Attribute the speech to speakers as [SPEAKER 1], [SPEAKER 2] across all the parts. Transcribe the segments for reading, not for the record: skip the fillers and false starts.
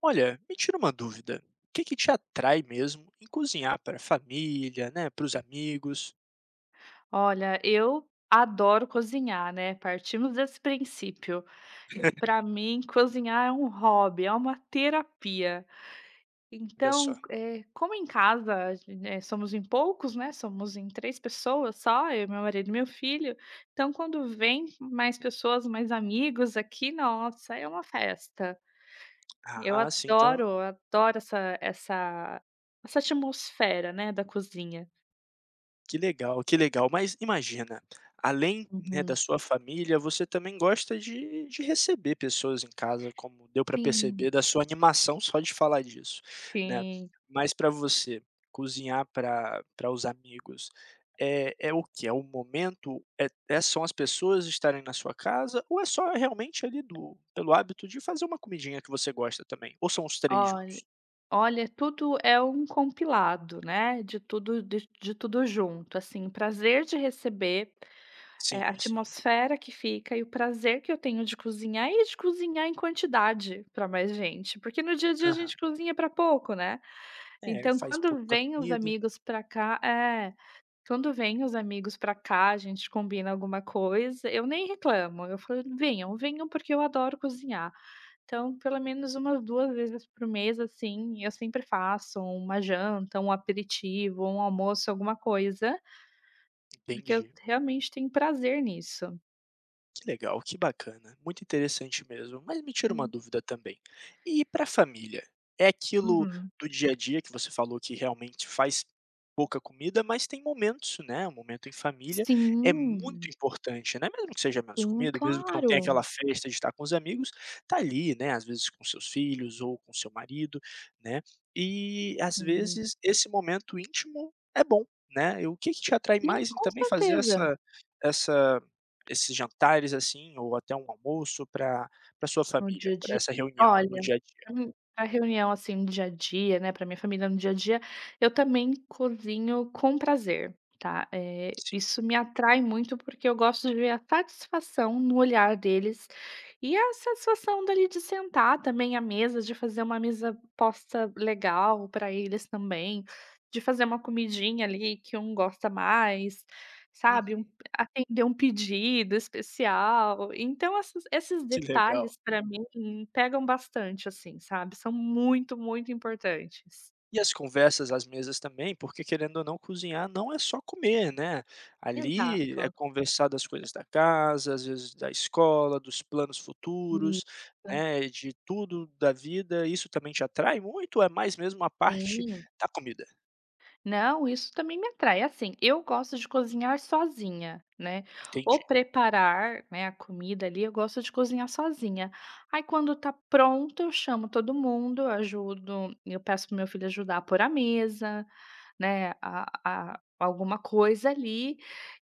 [SPEAKER 1] Olha, me tira uma dúvida. O que que te atrai mesmo em cozinhar para a família, né, para os amigos?
[SPEAKER 2] Olha, eu adoro cozinhar, né, partimos desse princípio. Para mim cozinhar é um hobby, é uma terapia.
[SPEAKER 1] Olha
[SPEAKER 2] Então,
[SPEAKER 1] só.
[SPEAKER 2] como em casa, né, somos em poucos, né, somos em 3 pessoas só, eu, meu marido e meu filho, então quando vem mais pessoas, mais amigos aqui, nossa, é uma festa. Eu
[SPEAKER 1] Ah, sim, então
[SPEAKER 2] adoro, adoro essa atmosfera, né, da cozinha.
[SPEAKER 1] que legal, que legal. Mas imagina, além, né, da
[SPEAKER 2] Uhum.
[SPEAKER 1] sua família, você também gosta de receber pessoas em casa, como deu para
[SPEAKER 2] Sim,
[SPEAKER 1] perceber da sua animação só de falar disso, né.
[SPEAKER 2] sim.
[SPEAKER 1] Mas para você, cozinhar para os amigos, é o que é o momento? É são as pessoas estarem na sua casa ou é só realmente ali do pelo hábito de fazer uma comidinha que você gosta também? Ou são os três
[SPEAKER 2] Olha
[SPEAKER 1] juntos?
[SPEAKER 2] Olha, tudo é um compilado, né, de tudo junto, assim, prazer de receber, a
[SPEAKER 1] Sim, sim.
[SPEAKER 2] atmosfera que fica e o prazer que eu tenho de cozinhar e de cozinhar em quantidade para mais gente, porque no dia a dia a
[SPEAKER 1] Aham.
[SPEAKER 2] gente cozinha para pouco, né.
[SPEAKER 1] É,
[SPEAKER 2] Então
[SPEAKER 1] faz
[SPEAKER 2] quando
[SPEAKER 1] pouca
[SPEAKER 2] vêm os
[SPEAKER 1] comida.
[SPEAKER 2] amigos para cá é, quando vêm os amigos para cá, a gente combina alguma coisa, eu nem reclamo, eu falo: "Venham, venham porque eu adoro cozinhar". Então, pelo menos umas 2 vezes por mês, assim, eu sempre faço uma janta, um aperitivo, um almoço, alguma coisa, porque eu
[SPEAKER 1] Entendi.
[SPEAKER 2] realmente tenho prazer nisso.
[SPEAKER 1] Que legal, que bacana, muito interessante mesmo. Mas me tira uma
[SPEAKER 2] Hum.
[SPEAKER 1] dúvida também. E para a família? É aquilo
[SPEAKER 2] Uhum.
[SPEAKER 1] do dia a dia que você falou que realmente faz pouca comida, mas tem momentos, né, um momento em família é muito
[SPEAKER 2] Sim,
[SPEAKER 1] importante, né, mesmo que seja menos
[SPEAKER 2] sim,
[SPEAKER 1] comida, mesmo que não tenha
[SPEAKER 2] claro.
[SPEAKER 1] aquela festa de estar com os amigos, tá ali, né, às vezes com seus filhos ou com seu marido, né, e às
[SPEAKER 2] Sim,
[SPEAKER 1] vezes esse momento íntimo é bom, né. E o que que te atrai
[SPEAKER 2] sim,
[SPEAKER 1] mais em
[SPEAKER 2] com
[SPEAKER 1] também fazer
[SPEAKER 2] certeza.
[SPEAKER 1] essa esses jantares, assim, ou até um almoço para sua
[SPEAKER 2] No
[SPEAKER 1] família,
[SPEAKER 2] dia a
[SPEAKER 1] para
[SPEAKER 2] dia?
[SPEAKER 1] essa reunião no
[SPEAKER 2] Olha,
[SPEAKER 1] dia a dia.
[SPEAKER 2] pra reunião, assim, no dia a dia, né, pra minha família no dia a dia, eu também cozinho com prazer, tá. É
[SPEAKER 1] Sim.
[SPEAKER 2] isso me atrai muito, porque eu gosto de ver a satisfação no olhar deles e a satisfação dali de sentar também à mesa, de fazer uma mesa posta legal para eles também, de fazer uma comidinha ali que um gosta mais, sabe.
[SPEAKER 1] Uhum.
[SPEAKER 2] Atender um pedido especial, então essas esses
[SPEAKER 1] Que legal.
[SPEAKER 2] detalhes para mim pegam bastante, assim, sabe, são muito, muito importantes.
[SPEAKER 1] E as conversas às mesas também, porque querendo ou não cozinhar não é só comer, né, ali é
[SPEAKER 2] Exato.
[SPEAKER 1] conversar das coisas da casa, às vezes da escola, dos planos futuros,
[SPEAKER 2] Isso.
[SPEAKER 1] né, de tudo da vida, isso também te atrai muito ou é mais mesmo a parte
[SPEAKER 2] Sim.
[SPEAKER 1] da comida?
[SPEAKER 2] Não, isso também me atrai, assim, eu gosto de cozinhar sozinha, né, ou
[SPEAKER 1] Entendi.
[SPEAKER 2] preparar, né, a comida ali, eu gosto de cozinhar sozinha. Aí quando tá pronto eu chamo todo mundo, eu peço para meu filho ajudar a pôr a mesa, né, a alguma coisa ali,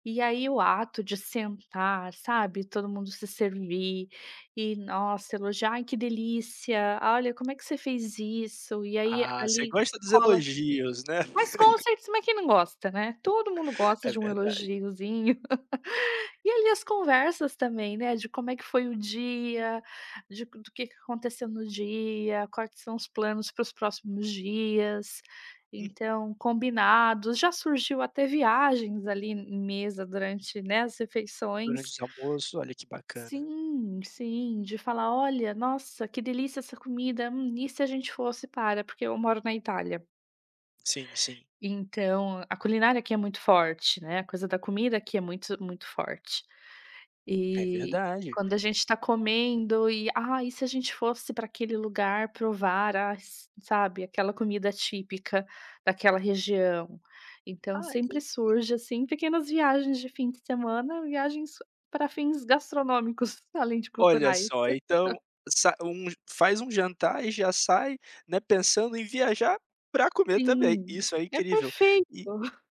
[SPEAKER 2] e aí o ato de sentar, sabe, todo mundo se servir e, nossa, elogiar: "Ai, que delícia, olha, como é que você fez isso?" E aí
[SPEAKER 1] Ah, você
[SPEAKER 2] ali
[SPEAKER 1] gosta dos
[SPEAKER 2] rola
[SPEAKER 1] elogios, né?
[SPEAKER 2] mas concerts, mas quem não gosta, né? Todo mundo gosta
[SPEAKER 1] É
[SPEAKER 2] de um
[SPEAKER 1] verdade.
[SPEAKER 2] elogiozinho. E ali as conversas também, né, de como é que foi o dia, de do que aconteceu no dia, quais são os planos para os próximos dias.
[SPEAKER 1] Uhum.
[SPEAKER 2] Então, combinados, já surgiu até viagens ali em mesa durante, né, as refeições.
[SPEAKER 1] Durante o almoço, olha que bacana.
[SPEAKER 2] Sim, sim, de falar: "Olha, nossa, que delícia essa comida, e se a gente fosse para", porque eu moro na Itália.
[SPEAKER 1] Sim, sim,
[SPEAKER 2] Então, a culinária aqui é muito forte, né, a coisa da comida aqui é muito, muito forte.
[SPEAKER 1] é
[SPEAKER 2] E
[SPEAKER 1] verdade.
[SPEAKER 2] quando a gente tá comendo e: "Ah, e se a gente fosse para aquele lugar provar as", sabe, aquela comida típica daquela região. Então
[SPEAKER 1] Ah, e
[SPEAKER 2] sempre surge, assim, pequenas viagens de fim de semana, viagens para fins gastronômicos, além de
[SPEAKER 1] olha
[SPEAKER 2] culturais.
[SPEAKER 1] só, então sa um faz um jantar e já sai, né, pensando em viajar para comer também,
[SPEAKER 2] Sim,
[SPEAKER 1] isso é
[SPEAKER 2] é
[SPEAKER 1] incrível.
[SPEAKER 2] perfeito.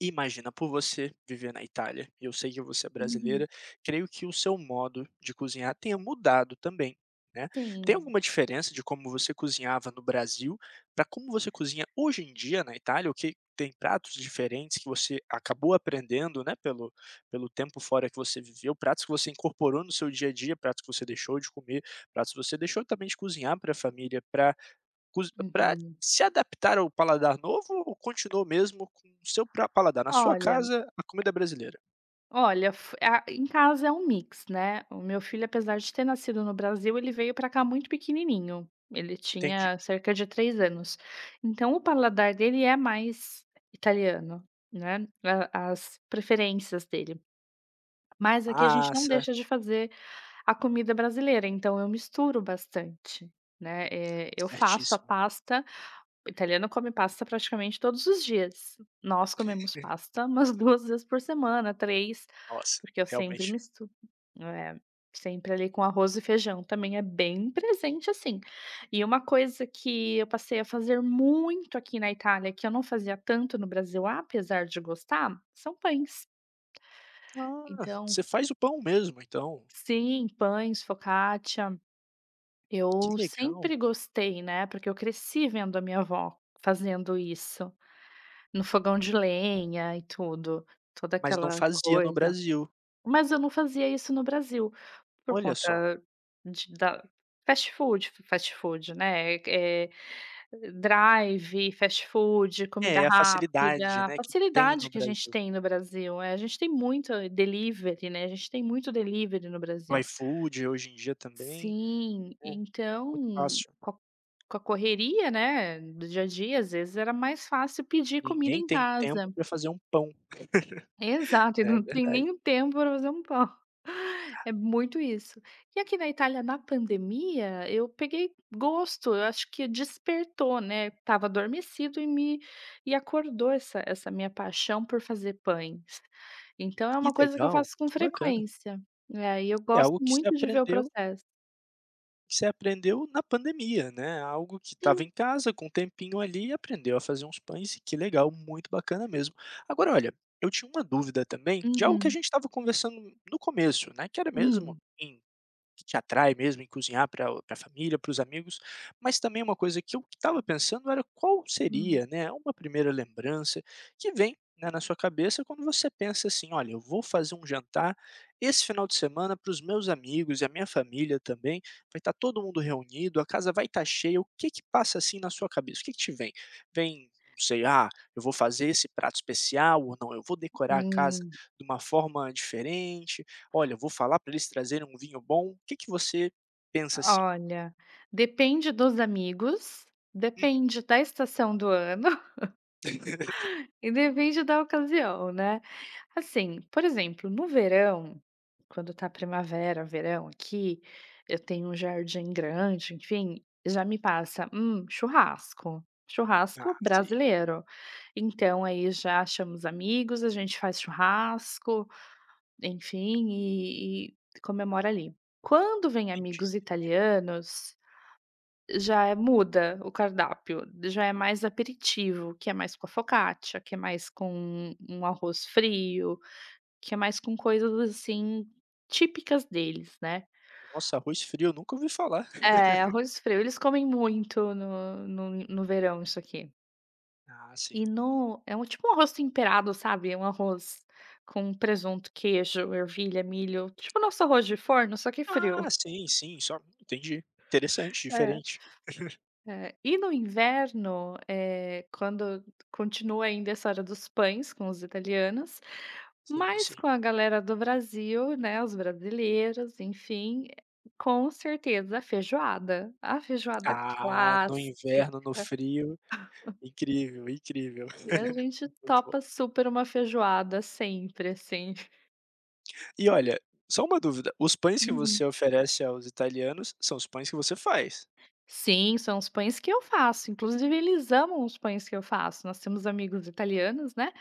[SPEAKER 1] Imagina, por você viver na Itália, eu sei que você é brasileira,
[SPEAKER 2] Uhum.
[SPEAKER 1] creio que o seu modo de cozinhar tenha mudado também, né. Tem
[SPEAKER 2] Sim,
[SPEAKER 1] alguma diferença de como você cozinhava no Brasil para como você cozinha hoje em dia na Itália, o que tem pratos diferentes que você acabou aprendendo, né, pelo tempo fora que você viveu, pratos que você incorporou no seu dia a dia, pratos que você deixou de comer, pratos que você deixou também de cozinhar para a família para
[SPEAKER 2] uhum.
[SPEAKER 1] se adaptar ao paladar novo ou continuou mesmo com o seu pra paladar, na sua
[SPEAKER 2] Olha
[SPEAKER 1] casa, a comida brasileira?
[SPEAKER 2] Olha, f a em casa é um mix, né. O meu filho, apesar de ter nascido no Brasil, ele veio para cá muito pequenininho. Ele
[SPEAKER 1] Entendi.
[SPEAKER 2] tinha cerca de 3 anos. Então o paladar dele é mais italiano, né, a as preferências dele. Mas aqui a gente não
[SPEAKER 1] Massa,
[SPEAKER 2] deixa de fazer a comida brasileira, então eu misturo bastante, né. Eh, eu faço a
[SPEAKER 1] certíssimo.
[SPEAKER 2] pasta o italiano come pasta praticamente todos os dias. Nós comemos pasta umas 2 vezes por semana, 3,
[SPEAKER 1] Nossa,
[SPEAKER 2] porque eu sempre
[SPEAKER 1] realmente.
[SPEAKER 2] misturo é, sempre ali com arroz e feijão, também é bem presente, assim. E uma coisa que eu passei a fazer muito aqui na Itália, que eu não fazia tanto no Brasil, apesar de gostar, são pães.
[SPEAKER 1] Ah,
[SPEAKER 2] Então
[SPEAKER 1] você faz o pão mesmo então.
[SPEAKER 2] sim, pães, focaccia,
[SPEAKER 1] Que
[SPEAKER 2] eu sempre
[SPEAKER 1] legal,
[SPEAKER 2] gostei, né, porque eu cresci vendo a minha avó fazendo isso. No fogão de lenha e tudo, toda
[SPEAKER 1] mas não
[SPEAKER 2] aquela
[SPEAKER 1] fazia no
[SPEAKER 2] coisa.
[SPEAKER 1] Brasil.
[SPEAKER 2] Mas eu não fazia isso no Brasil, por
[SPEAKER 1] Olha só.
[SPEAKER 2] conta de da fast food, né, drive, fast food, comida
[SPEAKER 1] É, a facilidade,
[SPEAKER 2] rápida, a
[SPEAKER 1] né, que tem
[SPEAKER 2] facilidade
[SPEAKER 1] no
[SPEAKER 2] que a gente
[SPEAKER 1] Brasil.
[SPEAKER 2] tem no Brasil, a gente tem muito delivery, né, a gente tem muito delivery no
[SPEAKER 1] O
[SPEAKER 2] Brasil.
[SPEAKER 1] iFood hoje em dia também,
[SPEAKER 2] Sim,
[SPEAKER 1] né, muito
[SPEAKER 2] então,
[SPEAKER 1] fácil.
[SPEAKER 2] com a com a correria, né, do dia a dia, às vezes era mais fácil pedir comida
[SPEAKER 1] Ninguém
[SPEAKER 2] em
[SPEAKER 1] tem tempo
[SPEAKER 2] casa.
[SPEAKER 1] para fazer um pão,
[SPEAKER 2] Exato, e
[SPEAKER 1] né, é
[SPEAKER 2] não tem nem
[SPEAKER 1] verdade.
[SPEAKER 2] o tempo para fazer um pão. É muito isso. E aqui na Itália, na pandemia, eu peguei gosto, eu acho que despertou, né, tava adormecido e me e acordou essa minha paixão por fazer pães. Então é
[SPEAKER 1] Que
[SPEAKER 2] uma coisa que eu
[SPEAKER 1] legal,
[SPEAKER 2] faço com
[SPEAKER 1] que bacana.
[SPEAKER 2] frequência. É, e eu
[SPEAKER 1] E é
[SPEAKER 2] gosto
[SPEAKER 1] algo que você
[SPEAKER 2] muito de ver o
[SPEAKER 1] aprendeu
[SPEAKER 2] processo.
[SPEAKER 1] que você aprendeu na pandemia, né, algo que estava
[SPEAKER 2] Sim.
[SPEAKER 1] em casa com um tempinho ali, e aprendeu a fazer uns pães e que legal, muito bacana mesmo. Agora olha, eu tinha uma dúvida também de algo que a
[SPEAKER 2] Uhum.
[SPEAKER 1] gente estava conversando no começo, né, que era mesmo
[SPEAKER 2] Hum.
[SPEAKER 1] em que te atrai mesmo em cozinhar para a família, para os amigos, mas também uma coisa que eu estava pensando era qual
[SPEAKER 2] Hum.
[SPEAKER 1] seria, né, uma primeira lembrança que vem, né, na sua cabeça quando você pensa assim: "Olha, eu vou fazer um jantar esse final de semana para os meus amigos e a minha família também, vai estar todo mundo reunido, a casa vai estar cheia", o que que passa, assim, na sua cabeça? O que que te vem? Vem, não sei, "Ah, eu vou fazer esse prato especial", ou não, "Eu vou decorar a casa
[SPEAKER 2] Hum.
[SPEAKER 1] de uma forma diferente". "Olha, vou falar para eles trazerem um vinho bom", o que que você pensa assim?
[SPEAKER 2] Olha, depende dos amigos,
[SPEAKER 1] "Uhum".
[SPEAKER 2] depende da estação do ano. E depende da ocasião, né. Assim, por exemplo, no verão, quando tá primavera, verão aqui, eu tenho um jardim grande, enfim, já me passa: churrasco, churrasco
[SPEAKER 1] Ah, sei,
[SPEAKER 2] brasileiro". Então aí já chama amigos, a gente faz churrasco, enfim, e comemora ali. Quando vem
[SPEAKER 1] entendi.
[SPEAKER 2] amigos italianos já muda o cardápio, já é mais aperitivo, que é mais com a focaccia, que é mais com um arroz frio, que é mais com coisas, assim, típicas deles, né.
[SPEAKER 1] "Nossa, arroz frio, eu nunca ouvi falar".
[SPEAKER 2] É, arroz frio, eles comem muito no verão isso aqui.
[SPEAKER 1] Ah, sim.
[SPEAKER 2] E no É um tipo um arroz temperado, sabe, é um arroz com presunto, queijo, ervilha, milho, tipo nosso arroz de forno, só que frio.
[SPEAKER 1] "Ah, sim, sim, só entendi. Interessante,
[SPEAKER 2] É.
[SPEAKER 1] diferente".
[SPEAKER 2] É, e no inverno, quando continua ainda essa hora dos pães com os italianos,
[SPEAKER 1] Sim,
[SPEAKER 2] mas
[SPEAKER 1] sim.
[SPEAKER 2] com a galera do Brasil, né, os brasileiros, enfim, com certeza a feijoada. A feijoada
[SPEAKER 1] Ah, no
[SPEAKER 2] clássica.
[SPEAKER 1] inverno, no frio, incrível, incrível.
[SPEAKER 2] E a gente
[SPEAKER 1] Muito bom.
[SPEAKER 2] topa super uma feijoada sempre, assim.
[SPEAKER 1] E olha, só uma dúvida, os pães que você
[SPEAKER 2] Uhum.
[SPEAKER 1] oferece aos italianos são os pães que você faz?
[SPEAKER 2] Sim, são os pães que eu faço, inclusive eles amam os pães que eu faço. Nós temos amigos italianos, né?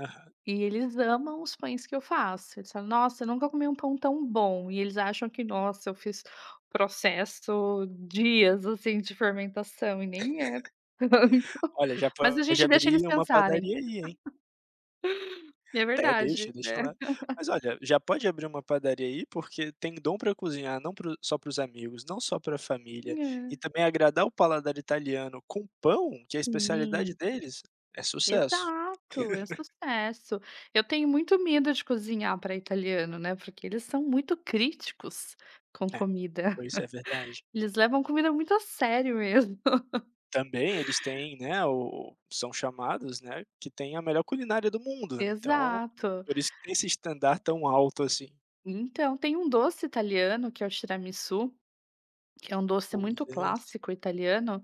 [SPEAKER 1] Aham.
[SPEAKER 2] E eles amam os pães que eu faço. Eles falam: "Nossa, eu nunca comi um pão tão bom". E eles acham que, nossa, eu fiz processo dias, assim, de fermentação e nem é tanto.
[SPEAKER 1] Olha, já
[SPEAKER 2] Mas a
[SPEAKER 1] pode
[SPEAKER 2] gente deixa eles
[SPEAKER 1] abrir uma
[SPEAKER 2] pensarem.
[SPEAKER 1] padaria aí, hein?
[SPEAKER 2] É
[SPEAKER 1] É, deixa,
[SPEAKER 2] verdade,
[SPEAKER 1] deixa
[SPEAKER 2] é.
[SPEAKER 1] lá. Mas olha, já pode abrir uma padaria aí, porque tem dom para cozinhar, não para só para os amigos, não só para a família,
[SPEAKER 2] É.
[SPEAKER 1] e também agradar o paladar italiano com pão, que é a especialidade
[SPEAKER 2] Sim,
[SPEAKER 1] deles, é sucesso.
[SPEAKER 2] exato, é um sucesso. Eu tenho muito medo de cozinhar para italiano, né, porque eles são muito críticos com
[SPEAKER 1] É,
[SPEAKER 2] comida.
[SPEAKER 1] pois é, verdade.
[SPEAKER 2] Eles levam comida muito a sério mesmo.
[SPEAKER 1] Também eles têm, né, o são chamados, né, que tem a melhor culinária do mundo, né? Então,
[SPEAKER 2] Exato.
[SPEAKER 1] por isso que tem esse estandar tão alto assim.
[SPEAKER 2] Então, tem um doce italiano que é o tiramisu, que é um doce
[SPEAKER 1] Pois
[SPEAKER 2] muito
[SPEAKER 1] é.
[SPEAKER 2] clássico italiano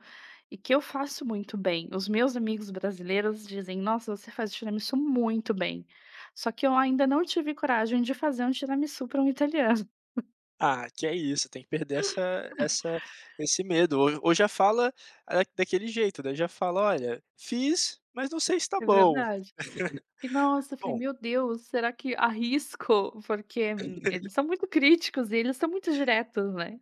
[SPEAKER 2] e que eu faço muito bem. Os meus amigos brasileiros dizem: "Nossa, você faz tiramisu muito bem". Só que eu ainda não tive coragem de fazer um tiramisu para um italiano.
[SPEAKER 1] Ah, que é isso, tem que perder essa esse medo, ou já fala, ah, daquele jeito, né, já fala: "Olha, fiz, mas não sei se está
[SPEAKER 2] É
[SPEAKER 1] bom".
[SPEAKER 2] verdade. Que nossa, eu falei:
[SPEAKER 1] Bom,
[SPEAKER 2] "Meu Deus, será que arrisco?" Porque eles são muito críticos e eles são muito diretos, né.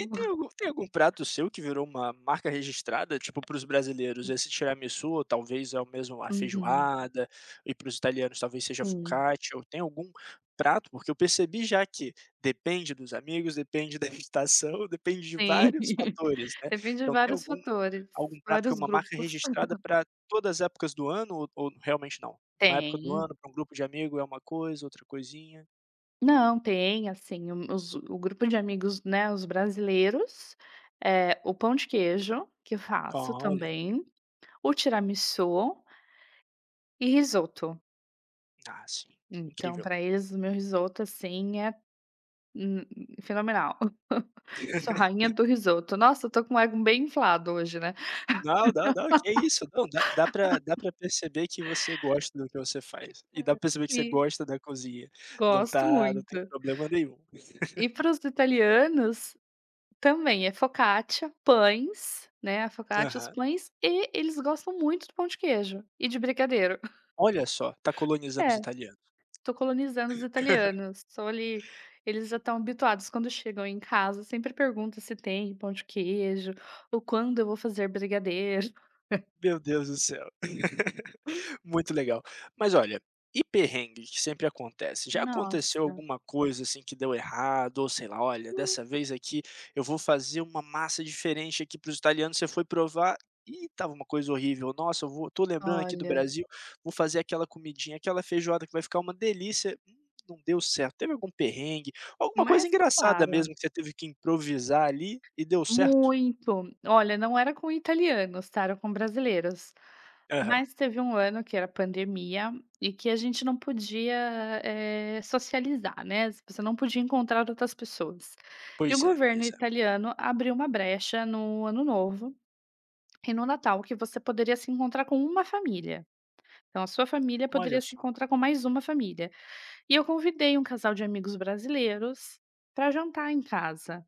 [SPEAKER 1] e tem algum prato seu que virou uma marca registrada, tipo, para os brasileiros esse tiramisu, talvez é o mesmo a feijoada, e para os italianos talvez seja
[SPEAKER 2] Uhum. Sim,
[SPEAKER 1] focaccia, ou tem algum prato? Porque eu percebi já que depende dos amigos, depende da agitação, depende de
[SPEAKER 2] sim.
[SPEAKER 1] vários fatores, né,
[SPEAKER 2] Depende de
[SPEAKER 1] então tem
[SPEAKER 2] vários
[SPEAKER 1] algum
[SPEAKER 2] fatores,
[SPEAKER 1] algum prato que é
[SPEAKER 2] vários
[SPEAKER 1] uma marca
[SPEAKER 2] grupos.
[SPEAKER 1] registrada para todas as épocas do ano ou realmente não? Numa época do
[SPEAKER 2] Tem.
[SPEAKER 1] ano, para um grupo de amigo é uma coisa, outra coisinha.
[SPEAKER 2] Não, tem assim, o grupo de amigos, né, os brasileiros, é o pão de queijo, que eu
[SPEAKER 1] Ó,
[SPEAKER 2] faço
[SPEAKER 1] olha,
[SPEAKER 2] também, o tiramisu e risoto.
[SPEAKER 1] ah, sim,
[SPEAKER 2] Então
[SPEAKER 1] incrível.
[SPEAKER 2] para eles o meu risoto, assim, é, hum, fenomenal. Sou rainha do risoto. Nossa, eu tô com o ego bem inflado hoje, né.
[SPEAKER 1] Não, que isso, não, dá pra perceber que você gosta do que você faz, e dá pra perceber que você
[SPEAKER 2] E
[SPEAKER 1] gosta da cozinha, não
[SPEAKER 2] gosto
[SPEAKER 1] tá não tem
[SPEAKER 2] muito.
[SPEAKER 1] problema nenhum.
[SPEAKER 2] E para os italianos também é focaccia, pães, né, a focaccia, os
[SPEAKER 1] Aham.
[SPEAKER 2] pães e eles gostam muito do pão de queijo e de brigadeiro.
[SPEAKER 1] Olha só, tá
[SPEAKER 2] É,
[SPEAKER 1] colonizando os italianos.
[SPEAKER 2] tô colonizando os italianos, sou ali eles já estão habituados quando chegam em casa, sempre perguntam se tem pão de queijo ou quando eu vou fazer brigadeiro.
[SPEAKER 1] Meu Deus do céu. Muito legal. Mas olha, e perrengue que sempre acontece? Já aconteceu
[SPEAKER 2] Nossa,
[SPEAKER 1] alguma coisa assim que deu errado? Ou sei lá, olha, dessa vez aqui eu vou fazer uma massa diferente aqui para os italianos, você foi provar e estava uma coisa horrível. Nossa, eu vou, tô lembrando aqui do
[SPEAKER 2] olha,
[SPEAKER 1] Brasil, vou fazer aquela comidinha, aquela feijoada que vai ficar uma delícia. Não deu certo. Teve algum perrengue? Alguma coisa
[SPEAKER 2] mas
[SPEAKER 1] engraçada
[SPEAKER 2] claro.
[SPEAKER 1] mesmo que você teve que improvisar ali e deu certo?
[SPEAKER 2] Muito. Olha, não era com italianos, tá, era com brasileiros.
[SPEAKER 1] Aham.
[SPEAKER 2] Mas teve um ano que era pandemia e que a gente não podia, socializar, né, você não podia encontrar outras pessoas. E o
[SPEAKER 1] Pois é,
[SPEAKER 2] governo
[SPEAKER 1] pois é.
[SPEAKER 2] italiano abriu uma brecha no Ano Novo e no Natal que você poderia se encontrar com uma família. Então a sua família poderia
[SPEAKER 1] Olha
[SPEAKER 2] se
[SPEAKER 1] só.
[SPEAKER 2] encontrar com mais uma família. E eu convidei um casal de amigos brasileiros para jantar em casa.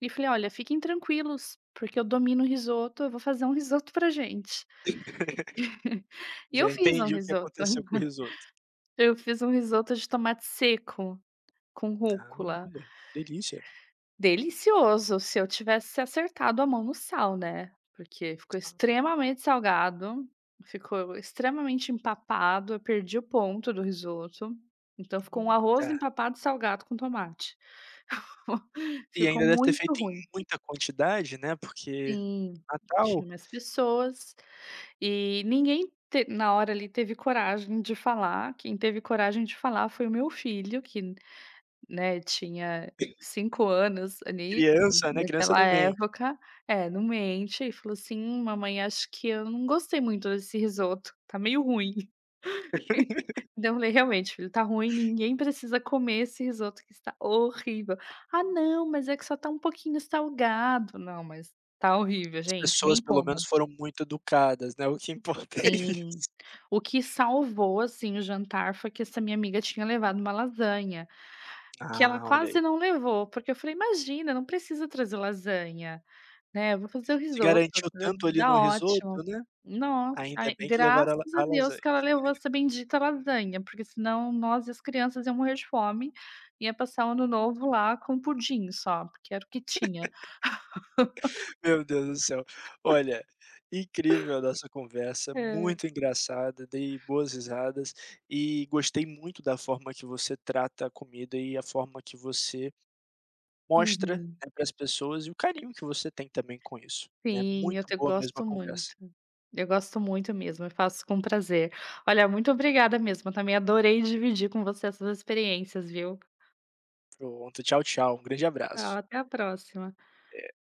[SPEAKER 2] E falei: "Olha, fiquem tranquilos, porque eu domino o risoto, eu vou fazer um risoto pra gente". E eu
[SPEAKER 1] Já
[SPEAKER 2] fiz um
[SPEAKER 1] entendi o que
[SPEAKER 2] risoto.
[SPEAKER 1] aconteceu com o risoto.
[SPEAKER 2] Eu fiz um risoto de tomate seco com
[SPEAKER 1] Ah,
[SPEAKER 2] rúcula.
[SPEAKER 1] olha, delícia.
[SPEAKER 2] Delicioso, se eu tivesse acertado a mão no sal, né, porque ficou extremamente salgado, ficou extremamente empapado, eu perdi o ponto do risoto, então ficou um arroz
[SPEAKER 1] Eita.
[SPEAKER 2] empapado salgado com tomate.
[SPEAKER 1] E
[SPEAKER 2] Ficou
[SPEAKER 1] ainda deve ter
[SPEAKER 2] muito
[SPEAKER 1] feito em
[SPEAKER 2] ruim.
[SPEAKER 1] muita quantidade, né, porque
[SPEAKER 2] Sim, tinha
[SPEAKER 1] Natal,
[SPEAKER 2] mais pessoas, e ninguém te na hora ali teve coragem de falar, quem teve coragem de falar foi o meu filho que, né, tinha 5 anos ali, na
[SPEAKER 1] criança, né, criança
[SPEAKER 2] naquela
[SPEAKER 1] não mente.
[SPEAKER 2] época é, não mente, e falou assim: mamãe acho que eu não gostei muito desse risoto, tá meio ruim". Então eu falei: "Realmente filho, tá ruim, ninguém precisa comer esse risoto que está horrível". "Ah não, mas é que só tá um pouquinho salgado". "Não, mas tá horrível
[SPEAKER 1] As
[SPEAKER 2] gente, nem
[SPEAKER 1] pessoas pelo
[SPEAKER 2] comam".
[SPEAKER 1] menos foram muito educadas, né, o que importa é
[SPEAKER 2] Sim.
[SPEAKER 1] isso.
[SPEAKER 2] O que salvou, assim, o jantar foi que essa minha amiga tinha levado uma lasanha, que ela
[SPEAKER 1] Ah, olha
[SPEAKER 2] quase
[SPEAKER 1] aí.
[SPEAKER 2] não levou, porque eu falei: "Imagina, não precisa trazer lasanha, né, eu vou fazer o
[SPEAKER 1] Se
[SPEAKER 2] risoto,
[SPEAKER 1] garantiu tanto ali no
[SPEAKER 2] dá
[SPEAKER 1] risoto,
[SPEAKER 2] ótimo".
[SPEAKER 1] né,
[SPEAKER 2] Nossa,
[SPEAKER 1] ainda
[SPEAKER 2] ai,
[SPEAKER 1] bem que levaram a la
[SPEAKER 2] graças a
[SPEAKER 1] a
[SPEAKER 2] Deus
[SPEAKER 1] lasanha.
[SPEAKER 2] que ela levou essa bendita lasanha, porque senão nós e as crianças iam morrer de fome, ia passar o ano novo lá com pudim só, porque era o que tinha.
[SPEAKER 1] Meu Deus do céu. Olha, incrível a nossa conversa,
[SPEAKER 2] Hã.
[SPEAKER 1] muito engraçada, dei boas risadas e gostei muito da forma que você trata a comida e a forma que você mostra,
[SPEAKER 2] Uhum.
[SPEAKER 1] né, para as pessoas e o carinho que você tem também com isso, né.
[SPEAKER 2] Sim, eu
[SPEAKER 1] Muito
[SPEAKER 2] te
[SPEAKER 1] boa mesmo a
[SPEAKER 2] gosto muito.
[SPEAKER 1] conversa.
[SPEAKER 2] Eu gosto muito mesmo, eu faço com prazer. Olha, muito obrigada mesmo, eu também adorei dividir com você essas experiências, viu.
[SPEAKER 1] Pronto, tchau, tchau, um grande
[SPEAKER 2] Tchau,
[SPEAKER 1] abraço.
[SPEAKER 2] até a próxima.
[SPEAKER 1] É.